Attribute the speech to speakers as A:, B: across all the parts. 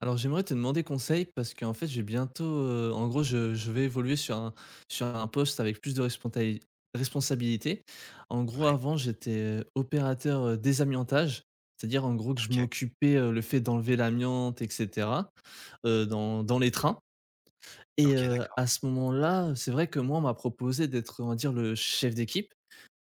A: Alors j'aimerais te demander conseil parce qu'en fait j'ai bientôt, en gros je vais évoluer sur un poste avec plus de responsabilités. En gros
B: Ouais,
A: avant j'étais, opérateur, désamiantage, c'est-à-dire en gros que je
B: OK.
A: m'occupais, le fait d'enlever l'amiante et cetera, dans les trains et
B: OK, d'accord.
A: à ce moment-là, c'est vrai que moi on m'a proposé d'être, on va dire, le chef d'équipe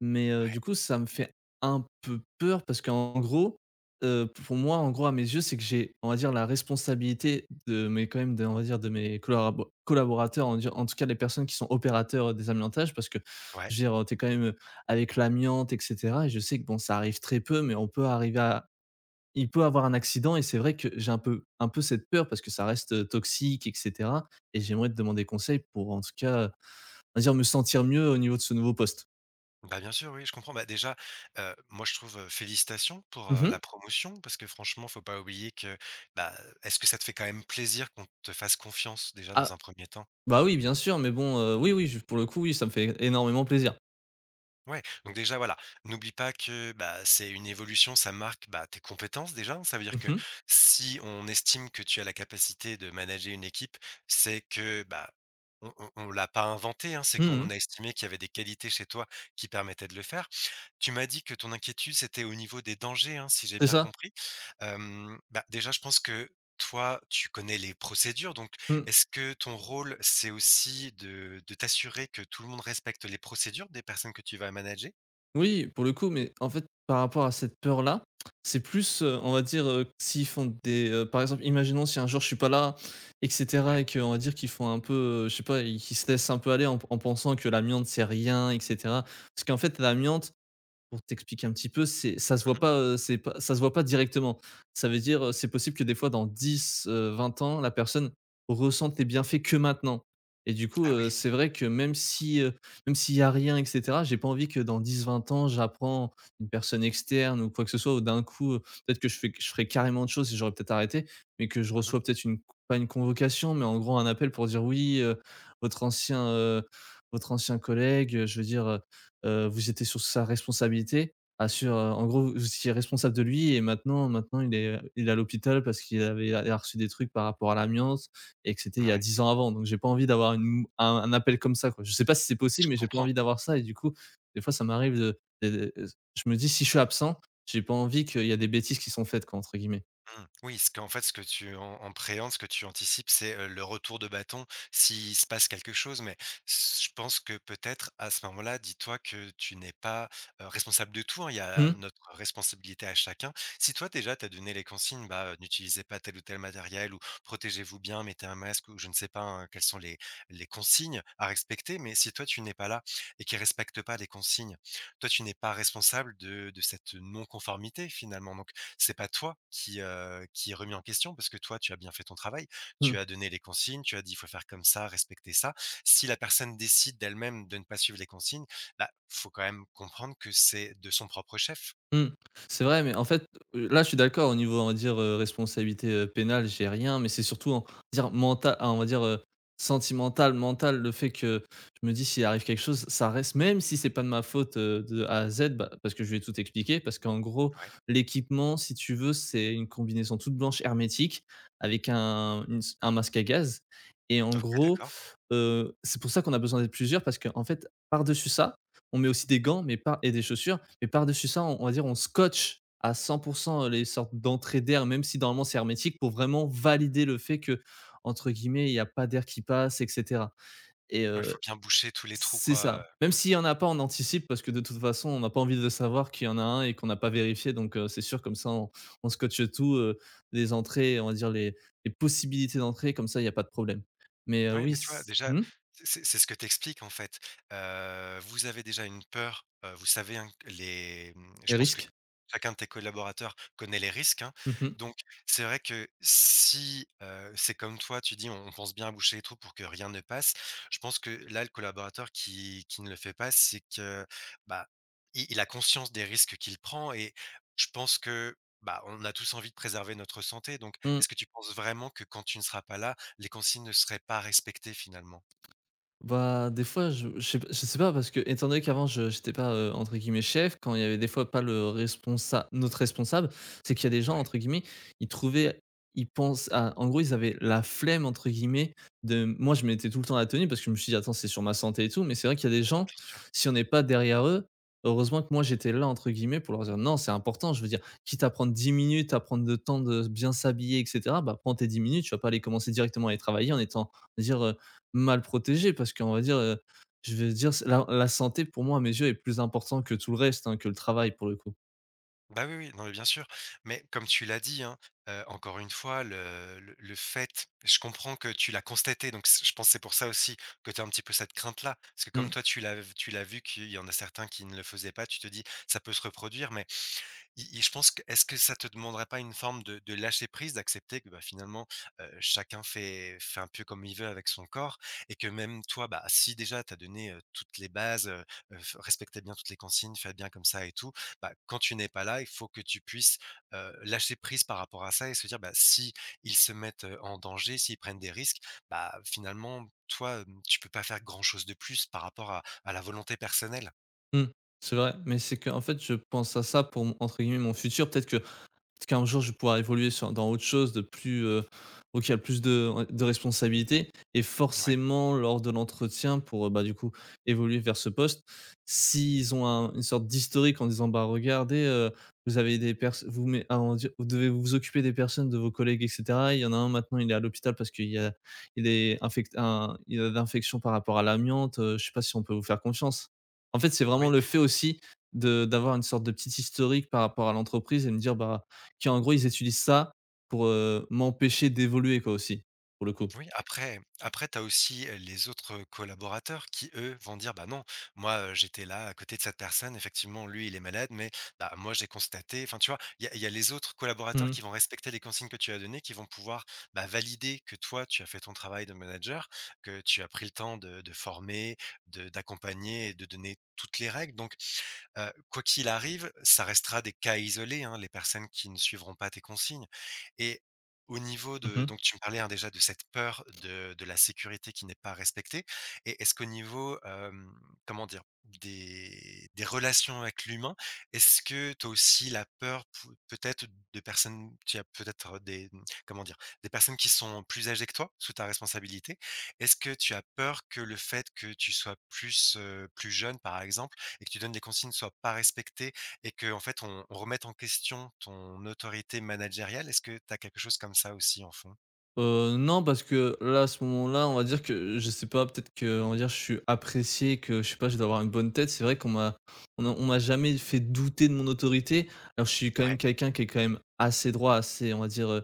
A: mais
B: Ouais,
A: du coup, ça me fait un peu peur parce qu'en gros, pour moi, en gros, à mes yeux, c'est que j'ai, on va dire, la responsabilité de mes quand même, de on va dire, de mes collaborateurs, on en tout cas, les personnes qui sont opérateurs des amiantages parce que
B: ouais.
A: je veux dire, t'es quand même, avec l'amiante et cetera. Et je sais que bon, ça arrive très peu, mais on peut arriver à il peut avoir un accident. Et c'est vrai que j'ai un peu cette peur parce que ça reste, toxique et cetera. Et j'aimerais te demander conseil pour, en tout cas, on va dire, me sentir mieux au niveau de ce nouveau poste.
B: Bah, bien sûr, oui, je comprends. Bah, déjà, moi, je trouve, félicitations pour,
A: Mmh.
B: la promotion parce que franchement, faut pas oublier que, bah, est-ce que ça te fait quand même plaisir qu'on te fasse confiance déjà dans un premier temps?
A: Bah, oui, bien sûr, mais bon, oui, oui, je pour le coup, oui, ça me fait énormément plaisir.
B: Ouais, donc déjà, voilà, n'oublie pas que, bah, c'est une évolution, ça marque, bah, tes compétences déjà, hein. Ça veut dire
A: Mmh
B: que
A: mh.
B: si on estime que tu as la capacité de manager une équipe, c'est que, bah, on l'a pas inventé, hein, c'est
A: Mmh.
B: qu'on a estimé qu'il y avait des qualités chez toi qui permettaient de le faire. Tu m'as dit que ton inquiétude, c'était au niveau des dangers, hein, si j'ai
A: C'est
B: bien
A: ça.
B: compris. Bah, déjà, je pense que toi, tu connais les procédures, donc
A: Mmh.
B: est-ce que ton rôle, c'est aussi de t'assurer que tout le monde respecte les procédures des personnes que tu vas manager?
A: Oui, pour le coup, mais en fait, par rapport à cette peur-là, c'est plus, on va dire, s'ils font des, par exemple, imaginons si un jour je suis pas là et cetera,
B: Ouais.
A: et qu'on va dire qu'ils font un peu, je sais pas, ils qu'ils se laissent un peu aller en pensant que l'amiante c'est rien et cetera. Parce qu'en fait, l'amiante, pour t'expliquer un petit peu, c'est ça se voit
B: Mmh.
A: pas, c'est pas ça se voit pas directement. Ça veut dire, c'est possible que des fois dans 20 ans, la personne ressente les bienfaits que maintenant. Et du coup,
B: Ah oui.
A: c'est vrai que même s'il y a rien et cetera, j'ai pas envie que dans 10, 20 ans, j'apprends une personne externe ou quoi que ce soit, ou d'un coup, peut-être que je ferais carrément de choses et j'aurais peut-être arrêté, mais que je
B: Mmh.
A: reçois peut-être une pas une convocation, mais en gros un appel pour dire: «Oui, votre ancien, heu, votre ancien collègue, je veux dire, vous étiez sur sa responsabilité. Assure, en gros, vous étiez responsable de lui et maintenant, il est à l'hôpital parce qu'il avait il a reçu des trucs par rapport à l'amiante, et que c'était il y a
B: Ouais.
A: 10 ans avant. Donc, j'ai pas envie d'avoir un appel comme ça.» Quoi. Je sais pas si c'est
B: Je
A: possible, mais j'ai pas
B: comprends.
A: envie d'avoir ça. Et du coup, des fois, ça m'arrive je me dis, si je suis absent, j'ai pas envie qu'il y a des bêtises qui sont faites, quoi, entre guillemets.
B: Mmh. Oui, ce qu'en fait, ce que tu en préhendes, ce que tu anticipes, c'est, le retour de bâton s'il se passe quelque chose. Mais s je pense que peut-être à ce moment-là, dis-toi que tu n'es pas, responsable de tout, hein. Il y a
A: Hmm.
B: notre responsabilité à chacun. Si toi déjà tu as donné les consignes, bah, n'utilisez pas tel ou tel matériel ou protégez-vous bien, mettez un masque ou je ne sais pas, hein, quelles sont les consignes à respecter. Mais si toi tu n'es pas là et qu'ils respecte pas les consignes, toi tu n'es pas responsable de cette non-conformité finalement. Donc c'est pas toi qui est remis en question parce que toi, tu as bien fait ton travail.
A: Hmm.
B: Tu as donné les consignes, tu as dit: «Il faut faire comme ça, respecter ça». Si la personne décide d'elle-même de ne pas suivre les consignes, bah, faut quand même comprendre que c'est de son propre chef.
A: Mmh. C'est vrai, mais en fait, là, je suis d'accord au niveau, on va dire, responsabilité, pénale, j'ai rien, mais c'est surtout, on va dire mental, ah, on va dire, sentimental, mental, le fait que je me dis: «S'il arrive quelque chose, ça reste», même si c'est pas de ma faute, de A à Z, bah, parce que je vais tout expliquer. Parce qu'en gros,
B: Ouais,
A: l'équipement, si tu veux, c'est une combinaison toute blanche hermétique avec un masque à gaz, et en
B: OK,
A: gros,
B: d'accord.
A: c'est pour ça qu'on a besoin d'être plusieurs parce qu'en en fait, par-dessus ça, on met aussi des gants mais pas et des chaussures, et par-dessus ça, on va dire, on scotche à 100 les sortes d'entrées d'air, même si normalement c'est hermétique, pour vraiment valider le fait que, entre guillemets, il y a pas d'air qui passe et cetera. Et
B: Ouais, il faut bien boucher tous les trous,
A: c'est
B: quoi.
A: ça. Même s'il y en a pas, on anticipe, parce que de toute façon, on n'a pas envie de savoir qu'il y en a un et qu'on n'a pas vérifié. Donc c'est sûr, comme ça, on scotche tout, les entrées, on va dire les possibilités d'entrée, comme ça il y a pas de problème. Mais
B: Ouais,
A: oui,
B: mais tu vois,
A: c
B: déjà,
A: mmh?
B: c'est ce que t'expliques en fait. Vous avez déjà une peur, vous savez, hein, que les mmh,
A: Les
B: je pense que
A: risques?
B: chacun de tes collaborateurs connaît les risques, hein.
A: Mmh.
B: Donc c'est vrai que si, c'est comme toi, tu dis: «On pense bien à boucher les trous pour que rien ne passe». Je pense que là, le collaborateur qui ne le fait pas, c'est que, bah, i il a conscience des risques qu'il prend et je pense que, bah, on a tous envie de préserver notre santé. Donc
A: Mmh.
B: est-ce que tu penses vraiment que quand tu ne seras pas là, les consignes ne seraient pas respectées finalement.
A: Bah, des fois, je sais pas parce que étant donné qu'avant je j'étais pas, entre guillemets «chef», quand il y avait des fois pas le responsa notre responsable, c'est qu'il y a des gens,
B: Ouais,
A: entre guillemets, ils trouvaient ils pensent à en gros, ils avaient «la flemme», entre guillemets. De moi je mettais tout le temps la tenue parce que je me suis dit: «Attends, c'est sur ma santé et tout», mais c'est vrai qu'il y a des gens,
B: bien sûr.
A: si on n'est pas derrière eux, heureusement que moi j'étais là, entre guillemets, pour leur dire: «Non, c'est important». Je veux dire, quitte à prendre 10 minutes à prendre le temps de bien s'habiller et cetera, bah, prends tes 10 minutes, tu vas pas aller commencer directement à aller travailler en étant dire, euh, mal protégé. Parce qu'on va dire, je vais dire c'est la santé pour moi à mes yeux est plus important que tout le reste, hein, que le travail pour le coup.
B: Bah, oui, oui, non, mais bien sûr. Mais comme tu l'as dit, hein, encore une fois, le fait je comprends que tu l'as constaté, donc c je pense que c'est pour ça aussi que tu as un petit peu cette crainte-là. Parce que comme
A: Mmh.
B: toi, tu l'as vu qu'il y en a certains qui ne le faisaient pas, tu te dis: «Ça peut se reproduire», mais et je pense que est-ce que ça te demanderait pas une forme de lâcher prise, d'accepter que, bah, finalement, chacun fait un peu comme il veut avec son corps et que même toi, bah, si déjà tu as donné, toutes les bases, f respectez bien toutes les consignes, faites bien comme ça et tout, bah, quand tu n'es pas là, il faut que tu puisses, lâcher prise par rapport à ça et se dire, bah, si ils se mettent, en danger, s'ils prennent des risques, bah, finalement, toi, hem, tu peux pas faire grand chose de plus par rapport à la volonté personnelle.
A: Mmh. C'est vrai, mais c'est que en fait je pense à ça pour mon, entre guillemets, «mon futur». Peut-être qu'un jour, je vais pouvoir évoluer sur dans autre chose de plus, auquel plus de responsabilités, et
B: Ouais,
A: forcément lors de l'entretien pour, bah, du coup, évoluer vers ce poste, s'ils ont un une sorte d'historique en disant: «Bah, regardez, vous avez des personnes vous mais ah, on dir vous devez vous occuper des personnes de vos collègues et cetera. Il y en a un maintenant, il est à l'hôpital parce qu'il y a il est infect un il a d'infection par rapport à l'amiante, je sais pas si on peut vous faire confiance». En fait, c'est vraiment
B: oui.
A: le fait aussi de d'avoir une sorte de petit historique par rapport à l'entreprise et me dire: «Bah, qui en gros, ils utilisent ça pour, m'empêcher d'évoluer quoi aussi», pour le coup.
B: Oui, après tu as aussi, les autres, collaborateurs qui, eux, vont dire: «Bah, non, moi, j'étais là à côté de cette personne, effectivement, lui, il est malade, mais bah, moi, j'ai constaté», enfin, tu vois? Il y a les autres
A: Mmh
B: collaborateurs
A: mh.
B: qui vont respecter les consignes que tu as données, qui vont pouvoir, bah, valider que toi, tu as fait ton travail de manager, que tu as pris le temps de former, de d'accompagner et de donner toutes les règles donc. Quoi qu'il arrive, ça restera des cas isolés, hein, les personnes qui ne suivront pas tes consignes et au niveau de
A: Mmh.
B: donc tu me parlais, hein, déjà de cette peur de la sécurité qui n'est pas respectée et est-ce qu'au niveau, hem, comment dire? Des relations avec l'humain, est-ce que tu as aussi la peur pou peut-être de personnes tu as peut-être des, mmh, comment dire? Des personnes qui sont plus âgées que toi, sous ta responsabilité. Est-ce que tu as peur que le fait que tu sois plus, plus jeune, par exemple, et que tu donnes des consignes ne soient pas respectées et que en fait, on remette en question ton autorité managériale. Est-ce que tu as quelque chose comme ça aussi en fond?
A: Non, parce que là, à ce moment-là, on va dire que je sais pas, peut-être que on va dire je suis apprécié, que je sais pas, je dois avoir une bonne tête. C'est vrai qu'on m'a jamais fait douter de mon autorité. Alors je suis quand même
B: Ouais,
A: quelqu'un qui est quand même assez droit, assez, on va dire, heu,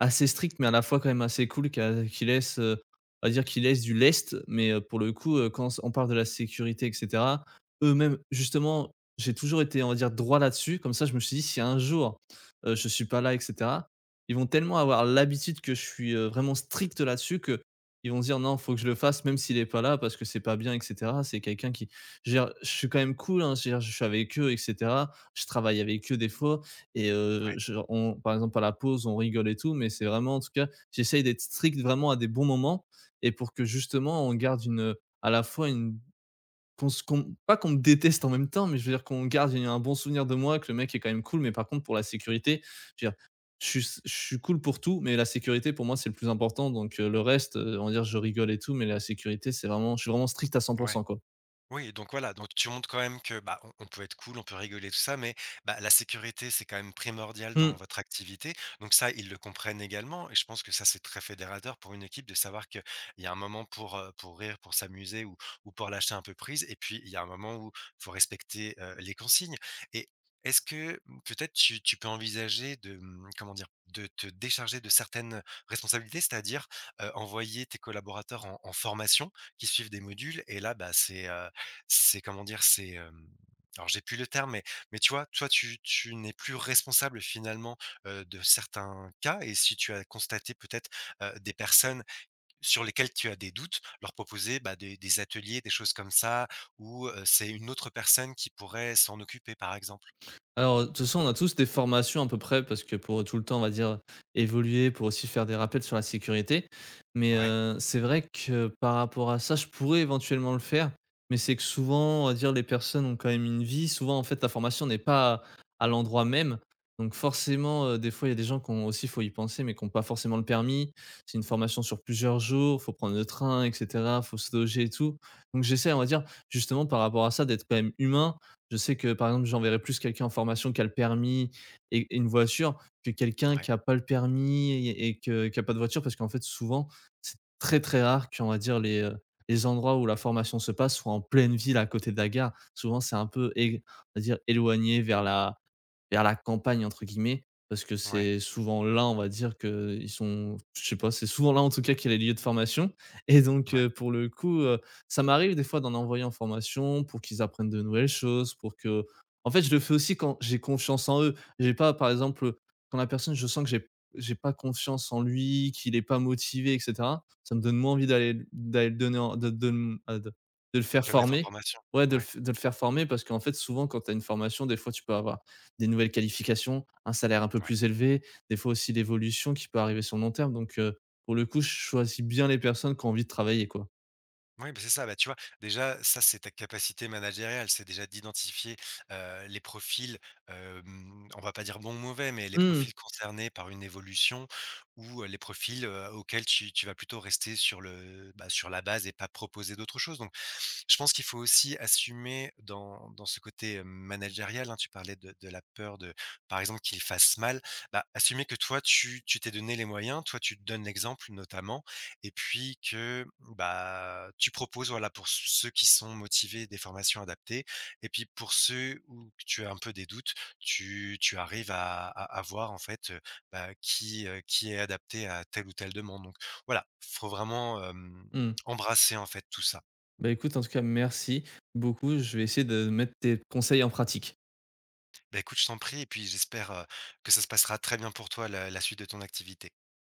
A: Assez strict, mais à la fois quand même assez cool qu'a qui laisse, on va dire qui laisse du lest, mais, pour le coup, quand on parle de la sécurité et cetera, eux-mêmes justement, j'ai toujours été, on va dire, droit là-dessus. Comme ça, je me suis dit: «Si un jour, je suis pas là et cetera», ils vont tellement avoir l'habitude que je suis, vraiment strict là-dessus, que ils vont se dire: «Non, faut que je le fasse même s'il est pas là parce que c'est pas bien et cetera». C'est quelqu'un qui je veux dire, je suis quand même cool, hein, je veux dire, je suis avec eux et cetera. Je travaille avec eux des fois, et
B: ouais,
A: je on par exemple, à la pause, on rigole et tout, mais c'est vraiment, en tout cas, j'essaye d'être strict vraiment à des bons moments, et pour que justement on garde une, à la fois une qu'on se qu'on pas qu'on me déteste en même temps, mais je veux dire qu'on garde une un bon souvenir de moi, que le mec est quand même cool, mais par contre pour la sécurité, je veux dire, je suis cool pour tout, mais la sécurité pour moi, c'est le plus important. Donc le reste, on va dire je rigole et tout, mais la sécurité, c'est vraiment je suis vraiment strict à 100,
B: ouais.
A: quoi.
B: Oui, donc voilà, donc tu montres quand même que, bah, on peut être cool, on peut rigoler, tout ça, mais, bah, la sécurité, c'est quand même primordial dans
A: Mmh.
B: votre activité. Donc ça, ils le comprennent également et je pense que ça, c'est très fédérateur pour une équipe de savoir qu'il y a un moment pour rire, pour s'amuser ou pour lâcher un peu prise et puis il y a un moment où il faut respecter, les consignes et est-ce que, mmh, peut-être tu peux envisager de, mmh, comment dire? De te décharger de certaines responsabilités, c'est-à-dire, envoyer tes collaborateurs en formation qui suivent des modules et là, bah, c'est comment dire? C'est, hem, alors j'ai plus le terme, mais tu vois? Toi, tu n'es plus responsable finalement, de certains cas et si tu as constaté peut-être, des personnes sur lesquelles tu as des doutes, leur proposer, bah, des ateliers, des choses comme ça où, c'est une autre personne qui pourrait s'en occuper, par exemple.
A: Alors, de toute façon, on a tous des formations à peu près parce que pour tout le temps, on va dire, évoluer, pour aussi faire des rappels sur la sécurité. Mais
B: Ouais,
A: c'est vrai que par rapport à ça, je pourrais éventuellement le faire, mais c'est que souvent, on va dire, les personnes ont quand même une vie. Souvent, en fait, la formation n'est pas à l'endroit même. Donc forcément, des fois, il y a des gens qui ont aussi faut y penser, mais qui ont pas forcément le permis. C'est une formation sur plusieurs jours, faut prendre le train et cetera, faut se loger et tout. Donc j'essaie, on va dire, justement par rapport à ça, d'être quand même humain. Je sais que, par exemple, j'enverrai plus quelqu'un en formation qui a le permis et une voiture, que quelqu'un
B: ouais,
A: qui a pas le permis que qui a pas de voiture, parce qu'en fait, souvent, c'est très, très rare qu'on va dire les endroits où la formation se passe soient en pleine ville à côté de la gare. Souvent, c'est un peu ég on va dire éloigné, vers la campagne, entre guillemets, parce que
B: ouais,
A: c'est souvent là, on va dire que ils sont je sais pas, c'est souvent là en tout cas qu'il y a les lieux de formation et donc
B: ouais,
A: pour le coup, ça m'arrive des fois d'en envoyer en formation pour qu'ils apprennent de nouvelles choses, pour que en fait, je le fais aussi quand j'ai confiance en eux. J'ai pas par exemple, quand la personne je sens que j'ai pas confiance en lui, qu'il est pas motivé et cetera, ça me donne moins envie d'aller le donner en de m de le faire
B: de le mettre en
A: former.
B: formation.
A: Ouais,
B: Ouais,
A: de le faire former parce qu'en fait souvent quand tu as une formation, des fois tu peux avoir des nouvelles qualifications, un salaire un peu
B: ouais.
A: plus élevé, des fois aussi l'évolution qui peut arriver sur le long terme. Donc, pour le coup, je choisis bien les personnes qui ont envie de travailler, quoi.
B: Oui, bah, c'est ça. Bah, tu vois, déjà, ça, c'est ta capacité managériale. C'est déjà d'identifier les profils, on va pas dire bon ou mauvais, mais les
A: Mmh.
B: profils concernés par une évolution ou les profils auxquels tu vas plutôt rester sur, bah, sur la base et pas proposer d'autres choses. Donc, je pense qu'il faut aussi assumer dans, dans ce côté managérial, hein, tu parlais de la peur de, par exemple, qu'il fasse mal, bah, assumer que toi, tu t'es donné les moyens, toi, tu te donnes l'exemple notamment et puis que, bah, tu proposes, voilà, pour ceux qui sont motivés, des formations adaptées et puis pour ceux où tu as un peu des doutes, tu arrives à à voir en fait, bah, qui est adapté à telle ou telle demande donc voilà, faut vraiment, hem,
A: Mmh.
B: embrasser en fait tout ça.
A: Bah, écoute, en tout cas, merci beaucoup. Je vais essayer de mettre tes conseils en pratique.
B: Bah, écoute, je t'en prie et puis j'espère, que ça se passera très bien pour toi la suite de ton activité.